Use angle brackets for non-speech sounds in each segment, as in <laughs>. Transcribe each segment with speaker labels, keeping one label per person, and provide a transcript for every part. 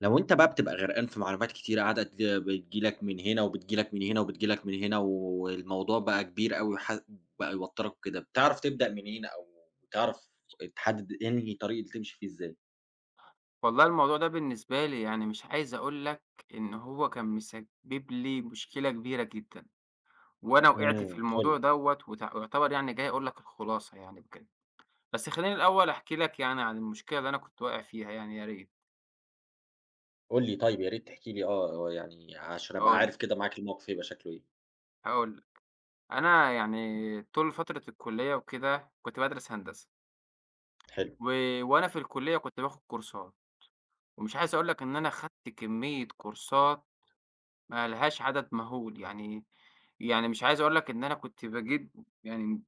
Speaker 1: لو أنت بقى بتبقى غرقان في معلومات كتيرة قاعدة بتيجي لك من هنا، وبتيجي لك من هنا، وبتيجي لك من هنا، والموضوع بقى كبير أوي بقى يوتّرك وكده، بتعرف تبدأ منين أو بتعرف تحدد أنهي طريق اللي تمشي فيه إزاي؟
Speaker 2: والله الموضوع ده بالنسبة لي يعني مش عايز أقول لك إن هو كان مسبب لي مشكلة كبيرة جدًا، وأنا وقعت في
Speaker 1: إمم. قُل
Speaker 2: الموضوع
Speaker 1: لي،
Speaker 2: دوّة وتع ويعتبر يعني جاي أقول لك الخلاصة يعني بجد، بس خلّيني الأول أحكي لك يعني عن المشكلة اللي أنا كنت واقع فيها يعني يا ريت،
Speaker 1: قُل لي طيب يا ريت تحكي لي هو يعني عشان أبقى
Speaker 2: هاقول
Speaker 1: عارف
Speaker 2: لك،
Speaker 1: كده معاك الموقف هيبقى شكله إيه.
Speaker 2: هاقول لك، أنا يعني طول فترة الكلية وكده كنت بادرس هندسة،
Speaker 1: حلو،
Speaker 2: و وأنا في الكلية كنت باخد كورسات، ومش عايز أقول لك إن أنا خدت كمية كورسات ما لهاش عدد مهول، يعني يعني مش عايز أقول لك إن أنا كنت باجيب يعني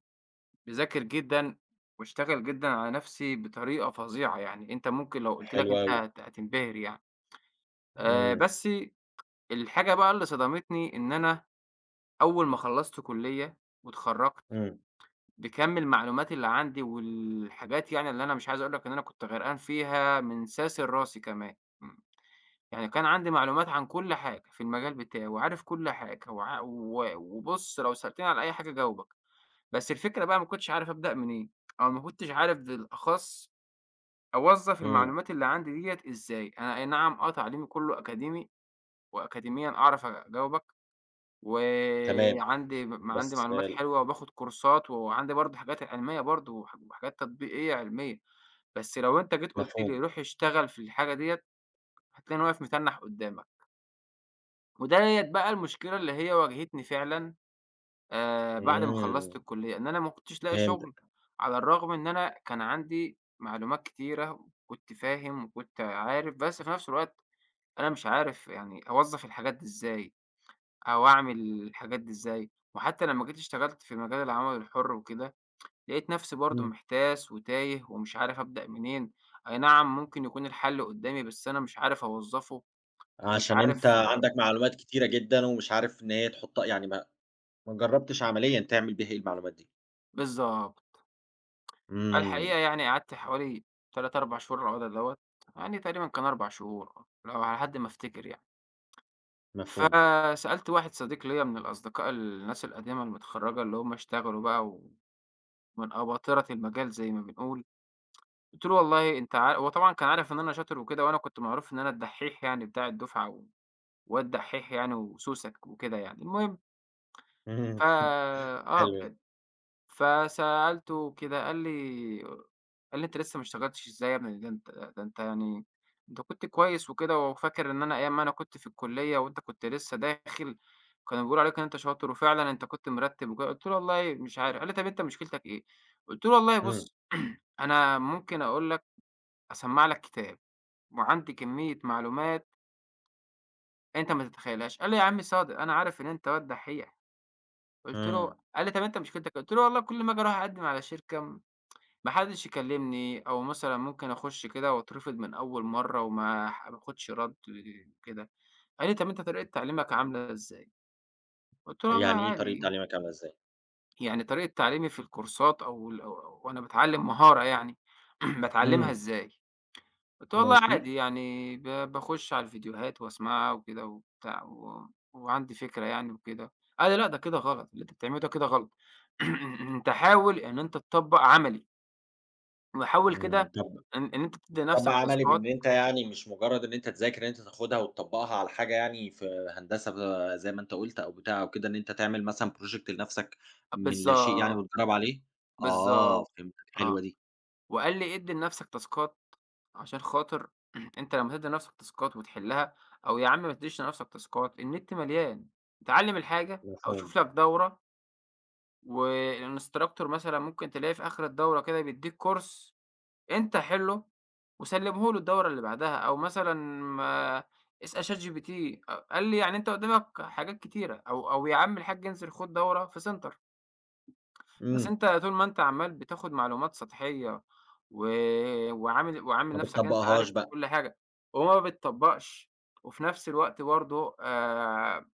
Speaker 2: باذاكر جدًا واشتغل جدًا على نفسي بطريقة فظيعة يعني، أنت ممكن لو قُلت لك
Speaker 1: حلو
Speaker 2: أنت
Speaker 1: أوي.
Speaker 2: هتنبهر يعني.
Speaker 1: إمم،
Speaker 2: بس الحاجة بقى اللي صدمتني إن أنا أول ما خلّصت كُلّية واتخرّجت،
Speaker 1: إمم،
Speaker 2: بكَم المعلومات اللي عندي والحاجات يعني اللي أنا مش عايز أقول لك إن أنا كنت غرقان فيها من ساسِل راسي كمان. يعني كان عندي معلومات عن كل حاجة في المجال بتاعي، وعارف كل حاجة وع و وبُص لو سألتني على أي حاجة أجاوبك، بس الفكرة بقى ما كنتش عارف أبدأ منين، أو ما كنتش عارف بالأخص أوظّف
Speaker 1: إمم،
Speaker 2: المعلومات اللي عندي ديّة إزاي، أنا أي نعم آه تعليمي كله أكاديمي، وأكاديميًا أعرف أجاوبك،
Speaker 1: تمام،
Speaker 2: وعندي
Speaker 1: بس
Speaker 2: عندي معلومات حلوة وباخد كورسات، وعندي برضه حاجات علمية برضه وحاجات تطبيقية علمية، بس لو أنت جيت قُلت لي
Speaker 1: مفهوم.
Speaker 2: روح اشتغل في الحاجة ديّة هتلاقيني واقف متنّح قدامك. وديّة بقى المشكلة اللي هي واجهتني فعلًا بعد ما خلّصت
Speaker 1: إمم،
Speaker 2: الكُلّية، إن أنا ما كنتش لاقي شُغل،
Speaker 1: فهمتك.
Speaker 2: على الرغم إن أنا كان عندي معلومات كتيرة وكنت فاهم وكنت عارف، بس في نفس الوقت أنا مش عارف يعني أوظّف الحاجات دي إزاي، أو أعمل الحاجات دي إزاي، وحتى لمّا جيت اشتغلت في مجال العمل الحُر وكده، لقيت نفسي برضه محتاس وتايه ومش عارف أبدأ منين، أي نعم ممكن يكون الحل قدّامي بس أنا مش عارف أوظّفه ومش
Speaker 1: عشان أنت
Speaker 2: عارف
Speaker 1: عندك معلومات كتيرة جدًا ومش عارف إن هي تحُطّها يعني ما جرّبتش عمليًا تعمل بيها إيه المعلومات دي.
Speaker 2: بالضبط.
Speaker 1: إمم،
Speaker 2: الحقيقة يعني قعدت حوالي 3، 4 شهور على الوضع دوّة، يعني تقريبًا كان 4 شهور آه، لو على حد ما أفتكر يعني.
Speaker 1: مفهوم.
Speaker 2: فسألت واحد صديق ليّا من الأصدقاء الناس القديمة المتخرّجة اللي هم اشتغلوا بقى ومن أباطرة المجال زي ما بنقول، قُلت له: "والله أنت عار"، هو طبعًا كان عارف إن أنا شاطر وكده وأنا كنت معروف إن أنا الدحّيح يعني بتاع الدفعة والواد دحّيح يعني وسوسة وكده يعني. المهم ف
Speaker 1: إمم، <laughs>
Speaker 2: آه،
Speaker 1: حلو ده.
Speaker 2: ب فسألته كده قال لي قال لي: "أنت لسه ما اشتغلتش إزاي يا ابني؟ ده أنت ده أنت يعني أنت كنت كويس وكده وفاكر إن أنا أيام ما أنا كنت في الكلية وأنت كنت لسه داخل كانوا بيقولوا عليك إن أنت شاطر وفعلًا أنت كنت مرتِّب وكده." قُلت له: "والله مش عارف." قال لي: "طب أنت مشكلتك إيه؟" قُلت له: "والله
Speaker 1: إمم،
Speaker 2: بُص <clears throat> أنا ممكن أقول لك أسمّع لك كتاب وعندي كمية معلومات أنت ما تتخيلهاش." قال لي: "يا عم صادق أنا عارف إن أنت واد دحّيح." قُلت له
Speaker 1: إمم.
Speaker 2: قال لي: "طب أنت مشكلتك إيه؟" قُلت له: "والله كل ما آجي أروح أقدّم على شركة ما حدش يكلمني أو مثلًا ممكن أخش كده وأترفض من أول مرّة وما ح ما آخدش رَد وكده. قال لي: "طب أنت طريقة تعليمك عاملة إزاي؟" قُلت له: "والله
Speaker 1: يعني إيه طريقة
Speaker 2: عادي."
Speaker 1: تعليمك عاملة إزاي؟
Speaker 2: يعني طريقة تعليمي في الكورسات أو ال أو وأنا باتعلّم مهارة يعني <clears throat> باتعلّمها
Speaker 1: إمم،
Speaker 2: إزاي؟ قُلت له: "والله
Speaker 1: ماشي.
Speaker 2: عادي يعني باخش على الفيديوهات وأسمعها وكده وبتاع وعندي فكرة يعني وكده." قال لي: "لأ، ده كده غلط، اللي أنت بتعمله ده كده غلط. <clears throat> أنت حاول إن أنت تطبّق عملي." وحاول
Speaker 1: إمم،
Speaker 2: كده
Speaker 1: طَب
Speaker 2: إن أنت تدّي
Speaker 1: طَب
Speaker 2: لنفسك
Speaker 1: عملي بإن
Speaker 2: تاسكات
Speaker 1: أنت يعني مش مجرّد إن أنت تذاكر إن أنت تاخدها وتطبّقها على حاجة يعني في هندسة زي ما أنت قُلت أو بتاع أو كده، إن أنت تعمل مثلًا project لنَفْسك من لا شيء يعني
Speaker 2: بالضبط،
Speaker 1: وتجرّب عليه؟ آه،
Speaker 2: بالضبط،
Speaker 1: فهمتك،
Speaker 2: آه،
Speaker 1: حلوة دي.
Speaker 2: وقال لي ادّي لنفسك تاسكات عشان خاطر <clears throat> أنت لمّا تدّي لنفسك تاسكات وتحلّها أو يا عم ما تدّيش لنفسك تاسكات، النت مليان، اتعلّم الحاجة أو
Speaker 1: مفهوم.
Speaker 2: شوف لك دورة والinstructor مثلًا ممكن تلاقيه في آخر الدورة كده بيدّيك course أنت حِلّه وسلّمه له الدورة اللي بعدها، أو مثلًا ما اسأل ChatGPT قال لي يعني أنت قدّامك حاجات كتيرة، أو يا عم الحاج انزل خُد دورة في سنتر، بس
Speaker 1: إمم.
Speaker 2: أنت طول ما أنت عمّال بتاخد معلومات سطحية و وعامل
Speaker 1: ما
Speaker 2: نَفْسك أنت
Speaker 1: بتطبّقهاش
Speaker 2: عارف في
Speaker 1: بقى.
Speaker 2: كل حاجة وما بتطبّقش، وفي نَفْس الوقت برضه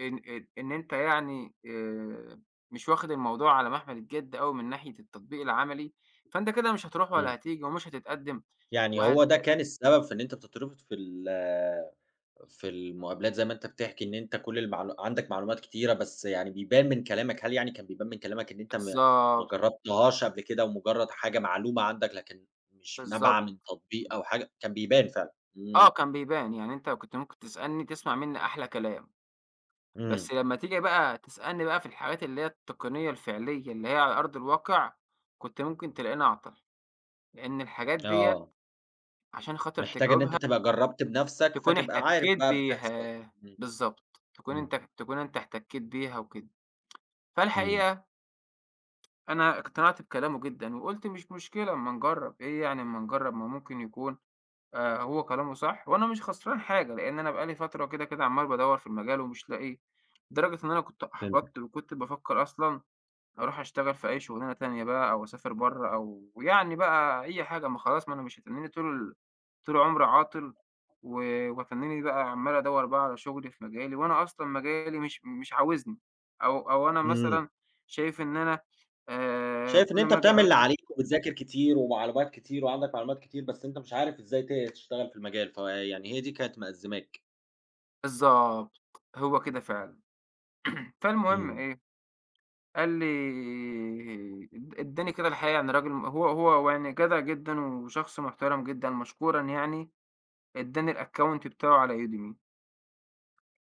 Speaker 2: إن أنت يعني مش واخد الموضوع على محمل الجد أوي من ناحية التطبيق العملي، فأنت كده مش هتروح ولا
Speaker 1: إمم.
Speaker 2: هتيجي ومش هتتقدّم
Speaker 1: يعني هو
Speaker 2: وهت
Speaker 1: ده كان السبب في إن أنت بتتربط في في المقابلات زي ما أنت بتحكي إن أنت كل عندك معلومات كتيرة، بس يعني بيبان من كلامك هل يعني كان بيبان من كلامك إن أنت ما
Speaker 2: بالضبط،
Speaker 1: جرّبتهاش قبل كده ومجرّد حاجة معلومة عندك لكن مش نابعة
Speaker 2: بالضبط.
Speaker 1: من تطبيق أو حاجة؟ كان بيبان فعلًا.
Speaker 2: آه،
Speaker 1: إمم،
Speaker 2: كان بيبان. يعني أنت كنت ممكن تسألني تسمع منّي أحلى كلام، بس
Speaker 1: إمم،
Speaker 2: لمّا تيجي بقى تسألني بقى في الحاجات اللي هي التقنية الفعلية اللي هي على أرض الواقع، كنت ممكن تلاقيني أعطل، لإن الحاجات ديّة
Speaker 1: آه.
Speaker 2: عشان خاطر
Speaker 1: محتاج إن أنت
Speaker 2: تجاوبها
Speaker 1: تبقى جرّبت بنَفْسك
Speaker 2: تكون
Speaker 1: فتبقى عارف
Speaker 2: احتكّيت
Speaker 1: بقى بتحصل.
Speaker 2: بيها.
Speaker 1: إمم،
Speaker 2: بالضبط. تكون
Speaker 1: إمم.
Speaker 2: أنت تكون أنت احتكّيت بيها وكده.
Speaker 1: إمم، إمم،
Speaker 2: فالحقيقة أنا اقتنعت بكلامه جدًا، وقُلت مش مشكلة أمّا نجرّب، إيه يعني أمّا نجرّب ما ممكن يكون هو كلامه صح وأنا مش خسران حاجة، لإن أنا بقى لي فترة كده، كده عمّال بادوّر في المجال ومش لاقيه، لدرجة إن أنا كنت أحبطت
Speaker 1: فهمتك.
Speaker 2: وكنت بافكّر أصلًا أروح أشتغل في أي شغلانة تانية بقى أو أسافر برّه أو يعني بقى أي حاجة، ما خلاص ما أنا مش هتنّيني طول طول عمري عاطل و وهتنّيني بقى عمّال أدوّر بقى على شغل في مجالي وأنا أصلًا مجالي مش عاوزني أو أنا مثلًا
Speaker 1: إمم.
Speaker 2: شايف إن أنا
Speaker 1: شايف إن
Speaker 2: كل
Speaker 1: أنت
Speaker 2: ما آجي
Speaker 1: بتعمل اللي
Speaker 2: أقدّم
Speaker 1: عليك وبتذاكر كتير ومعلومات كتير وعندك معلومات كتير، بس أنت مش عارف إزاي تشتغل في المجال، فيعني هي دي كانت مأزّماك.
Speaker 2: بالضبط، هو كده فعلًا. فالمهم
Speaker 1: إمم،
Speaker 2: إيه، قال لي ادّاني كده الحقيقة يعني راجل هو هو يعني جدع جدًا وشخص محترم جدًا مشكورًا يعني، ادّاني الaccount بتاعه على Udemy.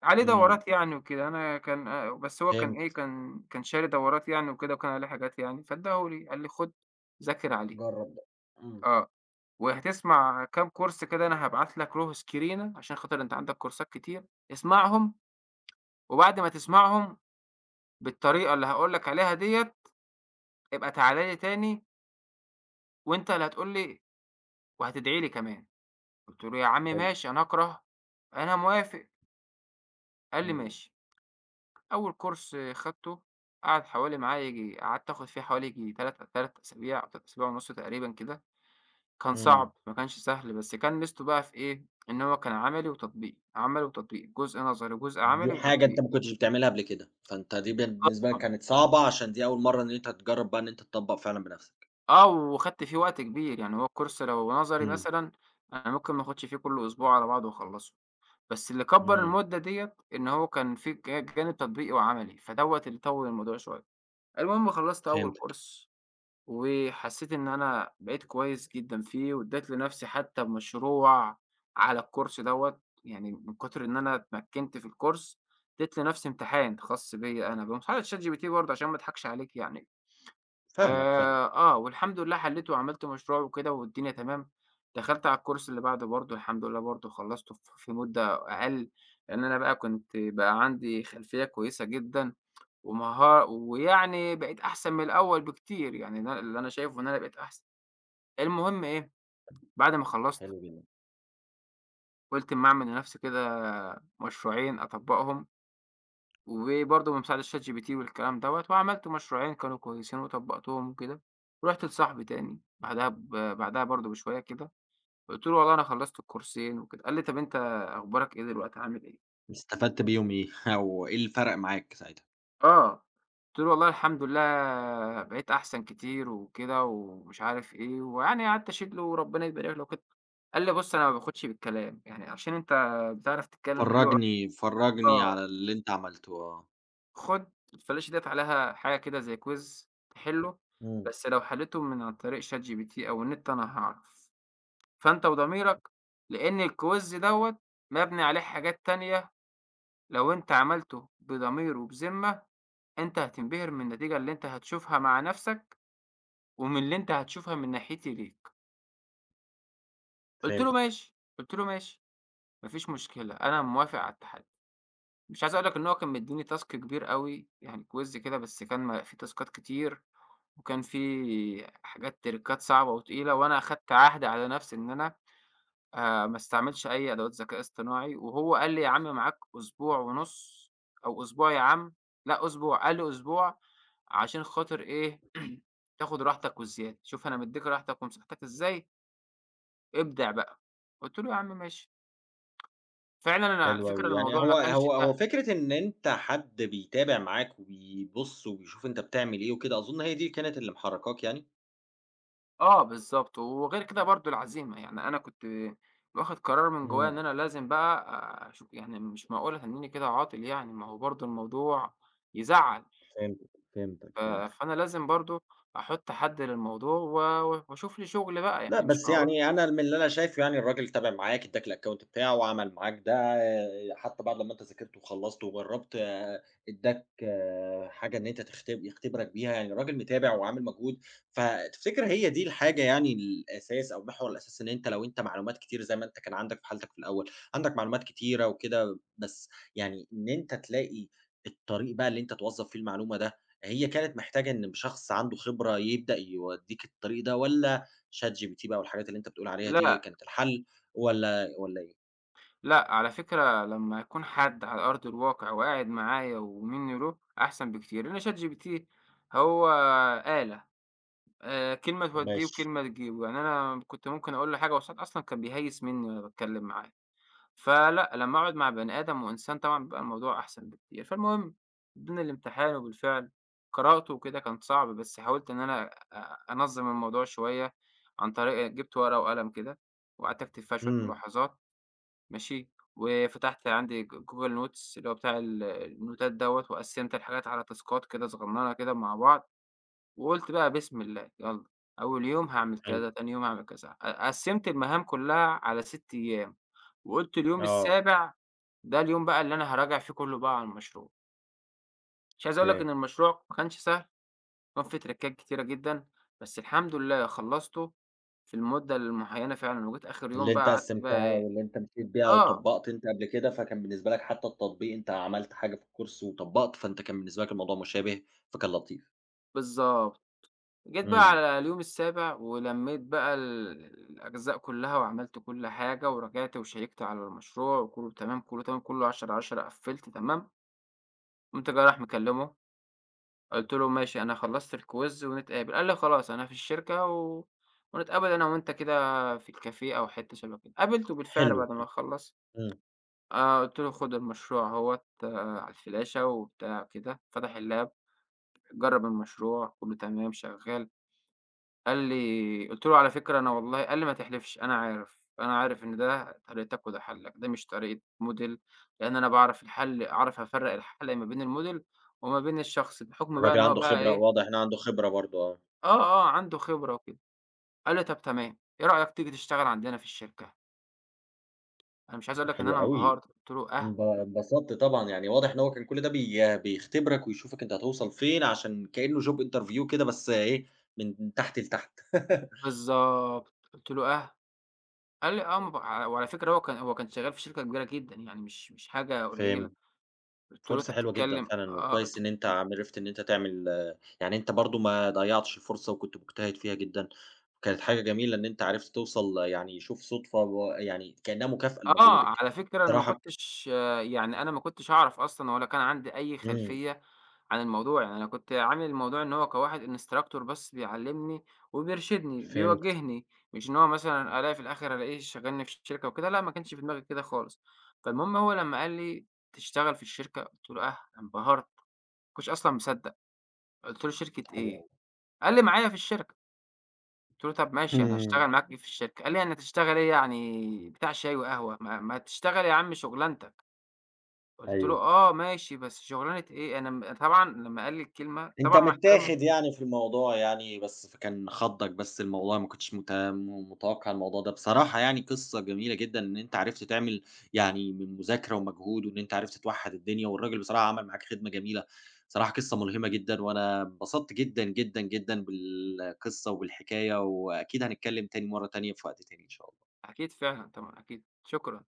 Speaker 2: عليه
Speaker 1: إمم،
Speaker 2: دورات يعني وكده، أنا كان بس هو كان إيه،
Speaker 1: فهمت،
Speaker 2: كان شاري دورات يعني وكده وكان عليه حاجات يعني، فادّاه لي، قال لي: "خُد ذاكر عليه،
Speaker 1: جرّب ده. إمم،
Speaker 2: آه، وهتسمع كام كورس كده أنا هابعت لك رؤوس كرينة عشان خاطر أنت عندك كورسات كتير، اسمعهم وبعد ما تسمعهم بالطريقة اللي هاقول لك عليها ديّة، ابقى تعالَ لي تاني وأنت اللي هتقول لي وهتدعي لي كمان." قُلت له: "يا عم
Speaker 1: حلو،
Speaker 2: ماشي أنا أكره، أنا موافق." قال لي:
Speaker 1: إمم،
Speaker 2: "ماشي." أول كورس خدته قعد حوالي معايا ييجي قعدت آخد فيه حوالي ييجي تلات أسابيع أو تلات أسابيع ونُص تقريبًا كده، كان
Speaker 1: إمم.
Speaker 2: صعب ما كانش سهل، بس كان ميزته بقى في إيه، إن هو كان عملي وتطبيقي، عملي وتطبيقي، جزء نظري وجزء
Speaker 1: دي
Speaker 2: عملي
Speaker 1: حاجة أنت
Speaker 2: وتطبيقي
Speaker 1: ما كنتش بتعملها قبل كده، فأنت دي بالنسبة لك كانت صعبة عشان دي أول مرّة إن أنت تجرّب بقى إن أنت تطبّق فعلًا بنَفْسك.
Speaker 2: آه، وخدت فيه وقت كبير، يعني هو الكورس لو نظري
Speaker 1: إمم،
Speaker 2: مثلًا أنا ممكن ما آخدش فيه كُلّه أسبوع على بعضه وأخلّصه، بس اللي كبّر
Speaker 1: إمم،
Speaker 2: المدة ديّة إن هو كان فيه جانب تطبيقي وعملي، فدوّة اللي طوّل الموضوع شوية. المهم خلّصت أول
Speaker 1: فهمتك،
Speaker 2: كورس وحسيت إن أنا بقيت كويس جدًا فيه، وادّيت لنفسي حتى مشروع على الcourse دوّة، يعني من كتر إن أنا اتمكنت في الcourse ادّيت لنفسي امتحان خاص بيّا أنا بمساعدة ChatGPT برضه عشان ما اضحكش عليك يعني،
Speaker 1: فاهمك، فاهمك،
Speaker 2: آه، والحمد لله حليته وعملت مشروع وكده والدنيا تمام، دخلت على الcourse اللي بعده برضه الحمد لله برضه خلّصته في مدة أقل، لأن أنا بقى كنت بقى عندي خلفية كويسة جدًا ومها ويعني بقيت أحسن من الأول بكتير، يعني إن أنا اللي أنا شايفه إن أنا بقيت أحسن. المهم إيه، بعد ما خلّصت
Speaker 1: حلو جدًا.
Speaker 2: قُلت أمّا أعمل لنفسي كده مشروعين أطبّقهم، وبرضه بمساعدة ChatGPT والكلام دوّة، وعملت مشروعين كانوا كويسين وطبّقتهم وكده، ورُحت لصاحبي تاني بعدها بعدها برضه بشوية كده، قُلت له والله أنا خلّصت الكورسين وكده، قال لي: "طب أنت أخبارك إيه دلوقتي عامل إيه؟"
Speaker 1: استفدت بيهم إيه <laughs> أو إيه اللي فرَق معاك ساعتها؟
Speaker 2: آه، قُلت له: "والله الحمد لله بقيت أحسن كتير وكده ومش عارف إيه." ويعني قعدت أشيد له وربنا يبارك له وكده. قال لي: "بُص أنا ما باخدش بالكلام، يعني عشان أنت بتعرف تتكلم حلو أوي
Speaker 1: فرّجني فرّجني
Speaker 2: آه،
Speaker 1: على اللي أنت عملته، آه.
Speaker 2: خُد الفلاشة ديّة عليها حاجة كده زي quiz تحله،
Speaker 1: إمم.
Speaker 2: بس لو حليته من عن طريق ChatGPT أو النت أنا هاعرف، فأنت وضميرك، لإن الquiz دوّة مبني عليه حاجات تانية لو أنت عملته بضمير وبذمة، أنت هتنبهر من النتيجة اللي أنت هتشوفها مع نَفْسك." ومن اللي أنت هتشوفها من ناحيتي ليك." قُلت له:
Speaker 1: فهمتك،
Speaker 2: "ماشي." قُلت له: "ماشي، ما فيش مشكلة، أنا موافق على التحدي." مش عايز أقول لك إن هو كان مدّيني task كبير أوي، يعني quiz كده بس كان فيه تاسكات كتير وكان فيه حاجات تريكات صعبة وتقيلة، وأنا أخدت عهد على نَفْسي إن أنا ما استعملش أي أدوات ذكاء اصطناعي، وهو قال لي: "يا عم معاك أسبوع ونُص أو أسبوع يا عم." لأ أسبوع، قال لي: "أسبوع عشان خاطر إيه، <clears throat> تاخُد راحتك وزيادة، شوف أنا مدّيك راحتك ومساحتك إزاي ابدع بقى، قُلت له: "يا عم ماشي." فعلًا أنا على
Speaker 1: حلو
Speaker 2: فكرة
Speaker 1: أوي، يعني
Speaker 2: الموضوع ما
Speaker 1: هو
Speaker 2: كانش
Speaker 1: هو
Speaker 2: سهل
Speaker 1: هو فكرة إن أنت حد بيتابع معاك وبيبُص وبيشوف أنت بتعمل إيه وكده، أظن هي دي كانت اللي محرّكاك يعني؟
Speaker 2: آه بالضبط، وغير كده برضه العزيمة، يعني أنا كنت واخد قرار من جوايا إن
Speaker 1: إمم،
Speaker 2: أنا لازم بقى أشوف يعني مش معقول أتنّيني كده عاطل يعني، ما هو برضه الموضوع يزعّل،
Speaker 1: فهمتك، فهمتك، فهمتك.
Speaker 2: فأنا لازم برضه أحُط حد للموضوع وأشوف لي شُغل بقى،
Speaker 1: لأ،
Speaker 2: يعني مش
Speaker 1: بس
Speaker 2: معقول
Speaker 1: يعني أنا من اللي أنا شايفه يعني الراجل تَابع معاك، ادّاك الaccount بتاعه وعمل معاك ده، آه، حتى بعد ما أنت ذاكرت وخلّصت وجرّبت آه، ادّاك آه، حاجة إن أنت يختبرك بيها، يعني الراجل متابع وعامل مجهود، فتفتكر هي دي الحاجة يعني الأساس أو المحور الأساسي إن أنت لو أنت معلومات كتير زي ما أنت كان عندك في حالتك في الأول، عندك معلومات كتيرة وكده، بس يعني إن أنت تلاقي الطريق بقى اللي أنت توظّف فيه المعلومة ده، هي كانت محتاجة إن شخص عنده خبرة يبدأ يودّيك الطريق ده والّا ChatGPT بقى والحاجات اللي أنت بتقول عليها دي
Speaker 2: لأ،
Speaker 1: كانت الحل والّا إيه؟
Speaker 2: لأ، على فكرة لمّا يكون حد على أرض الواقع وقاعد معايا ومنّي وله أحسن بكتير، لإن ChatGPT هو آلة. كلمة تودّيه
Speaker 1: ماشي.
Speaker 2: وكلمة تجيبه، يعني أنا كنت ممكن أقول له حاجة وساعات أصلًا كان بيهيّس منّي وأنا باتكلّم معاه، فلأ، لمّا أقعد مع بني آدم وإنسان طبعًا بيبقى الموضوع أحسن بكتير، فالمهم ادّوني الامتحان وبالفعل قرأته وكده كان صعب بس حاولت إن أنا أنظّم الموضوع شوية عن طريق جِبت ورقة وقلم كده وقعدت أكتب فيها شوية
Speaker 1: إمم،
Speaker 2: ملاحظات ماشي، وفتحت عندي Google notes اللي هو بتاع النوتات دوّة وقسّمت الحاجات على تاسكات كده صغنّنة كده مع بعض. وقُلت بقى بسم الله يالّا، أول يوم هاعمل
Speaker 1: حلو.
Speaker 2: كذا، تاني يوم هاعمل كذا، قسّمت المهام كلّها على 6 أيام، وقُلت اليوم
Speaker 1: آه،
Speaker 2: السابع ده اليوم بقى اللي أنا هاراجع فيه كلّه بقى على المشروع، مش عايز أقول لك إن
Speaker 1: فاهم.
Speaker 2: المشروع ما كانش سهل، كان فيه تريكات كتيرة جدًا، بس الحمد لله خلّصته في المدة المُعيّنة فعلًا، وجيت آخر
Speaker 1: اللي
Speaker 2: يوم بقى
Speaker 1: أنت
Speaker 2: قعدت بقى
Speaker 1: قسّمتها
Speaker 2: إيه
Speaker 1: واللي أنت مشيت بيها
Speaker 2: آه،
Speaker 1: وطبّقت أنت قبل كده، فكان بالنسبة لك حتى التطبيق أنت عملت حاجة في الكورس وطبّقت، فأنت كان بالنسبة لك الموضوع مشابه، فكان لطيف.
Speaker 2: بالضبط. جيت بقى
Speaker 1: إمم،
Speaker 2: على اليوم السابع ولميت بقى الأجزاء كلّها وعملت كل حاجة ورجعت وشيّكت على المشروع وكله تمام، كله تمام، كله 10 على 10 قفّلت تمام، قمت جاي رايح مكلّمه قُلت له: "ماشي أنا خلّصت الquiz ونتقابل." قال لي: "خلاص أنا في الشركة ونتقابل أنا وأنت كده في الكافيه أو حتّة شبه كده." قابلته بالفعل
Speaker 1: حلو.
Speaker 2: بعد ما خلّص،
Speaker 1: إمم،
Speaker 2: قُلت له: "خُد المشروع أهوّة على الفلاشة." وبتاع كده، فتح اللاب جرّب المشروع كله تمام شغّال. قال لي قُلت له: "على فكرة أنا والله" قال لي: "ما تحلفش، أنا عارف، أنا عارف إن ده طريقتك وده حلّك، ده مش طريقة موديل، لإن أنا باعرف الحل أعرف أفرّق الحل ما بين الموديل وما بين الشخص." بحُكم بقى
Speaker 1: الراجل
Speaker 2: إن هو
Speaker 1: عنده
Speaker 2: بقى
Speaker 1: خبرة
Speaker 2: إيه
Speaker 1: واضح إن عنده خبرة برضه آه.
Speaker 2: آه، آه، عنده خبرة وكده. قال لي: "طَب تمام، إيه رأيك تيجي تشتغل عندنا في الشركة؟" أنا مش عايز أقول لك إن
Speaker 1: حلو
Speaker 2: أنا
Speaker 1: أوي.
Speaker 2: انبهرت، قُلت له: "آه؟"
Speaker 1: انبسطت طبعًا، يعني واضح إن هو كان كل ده بيختبرك ويشوفك أنت هتوصل فين عشان كإنه job interview كده بس إيه، من تحت لتحت. <laughs>
Speaker 2: بالضبط، قُلت له: "آه؟" قال لي: "آه." ما ب وعلى فكرة هو كان شغال في شركة كبيرة جدًا، يعني مش حاجة قليلة.
Speaker 1: فهمت،
Speaker 2: قُلت له: "أنت
Speaker 1: فرصة حلوة جدًا
Speaker 2: بتتكلم"
Speaker 1: فعلًا،
Speaker 2: آه.
Speaker 1: وكويس إن أنت
Speaker 2: قُلت
Speaker 1: عرفت إن أنت تعمل يعني أنت برضه ما ضيّعتش الفرصة وكنت مجتهد فيها جدًا، وكانت حاجة جميلة إن أنت عرفت توصل يعني شوف صدفة و يعني كإنها مكافأة
Speaker 2: آه،
Speaker 1: لمجهودك.
Speaker 2: على فكرة أنا ما
Speaker 1: بصراحة
Speaker 2: كنتش آه، يعني أنا ما كنتش أعرف أصلًا ولا كان عندي أي
Speaker 1: إمم،
Speaker 2: خلفية عن الموضوع، يعني أنا كنت عامل الموضوع إن هو كواحد instructor بس بيعلّمني وبيرشدني،
Speaker 1: فهمت،
Speaker 2: بيوجّهني، مش إن هو مثلًا ألاقي في الآخر ألاقيه شغّلني في شركة وكده، لأ ما كانش في دماغي كده خالص. فالمهم هو لمّا قال لي: "تشتغل في الشركة؟" قُلت له: "آه." انبهرت، ما كنتش أصلًا مصدّق، قُلت له: "شركة
Speaker 1: حلو
Speaker 2: إيه؟"
Speaker 1: أوي.
Speaker 2: قال لي: "معايا في الشركة." قُلت له: "طب ماشي أنا
Speaker 1: إمم،
Speaker 2: هاشتغل معاك إيه في الشركة؟" قال لي: "يعني هتشتغل إيه يعني بتاع شاي وقهوة، ما تشتغل يا عم شُغلانتك."
Speaker 1: <laughs>
Speaker 2: قُلت له:
Speaker 1: أيوه.
Speaker 2: "آه ماشي، بس شُغلانة إيه؟" أنا طبعًا لمّا قال لي الكلمة
Speaker 1: أنت
Speaker 2: طبعًا مع احترامي
Speaker 1: متّاخد يعني في الموضوع يعني، بس فكان خضّك بس الموضوع ما كنتش مت م متوقّع الموضوع ده. بصراحة يعني قصّة جميلة جدًا إن أنت عرفت تعمل يعني من مذاكرة ومجهود وإن أنت عرفت توحّد الدنيا، والراجل بصراحة عمل معاك خدمة جميلة. بصراحة قصّة ملهمة جدًا، وأنا انبسطت جدًا، جدًا، جدًا بالقصّة وبالحكاية، وأكيد هنتكلّم تاني مرّة تانية في وقت تاني إن شاء الله.
Speaker 2: أكيد فعلًا، طبعًا أكيد، شكرًا.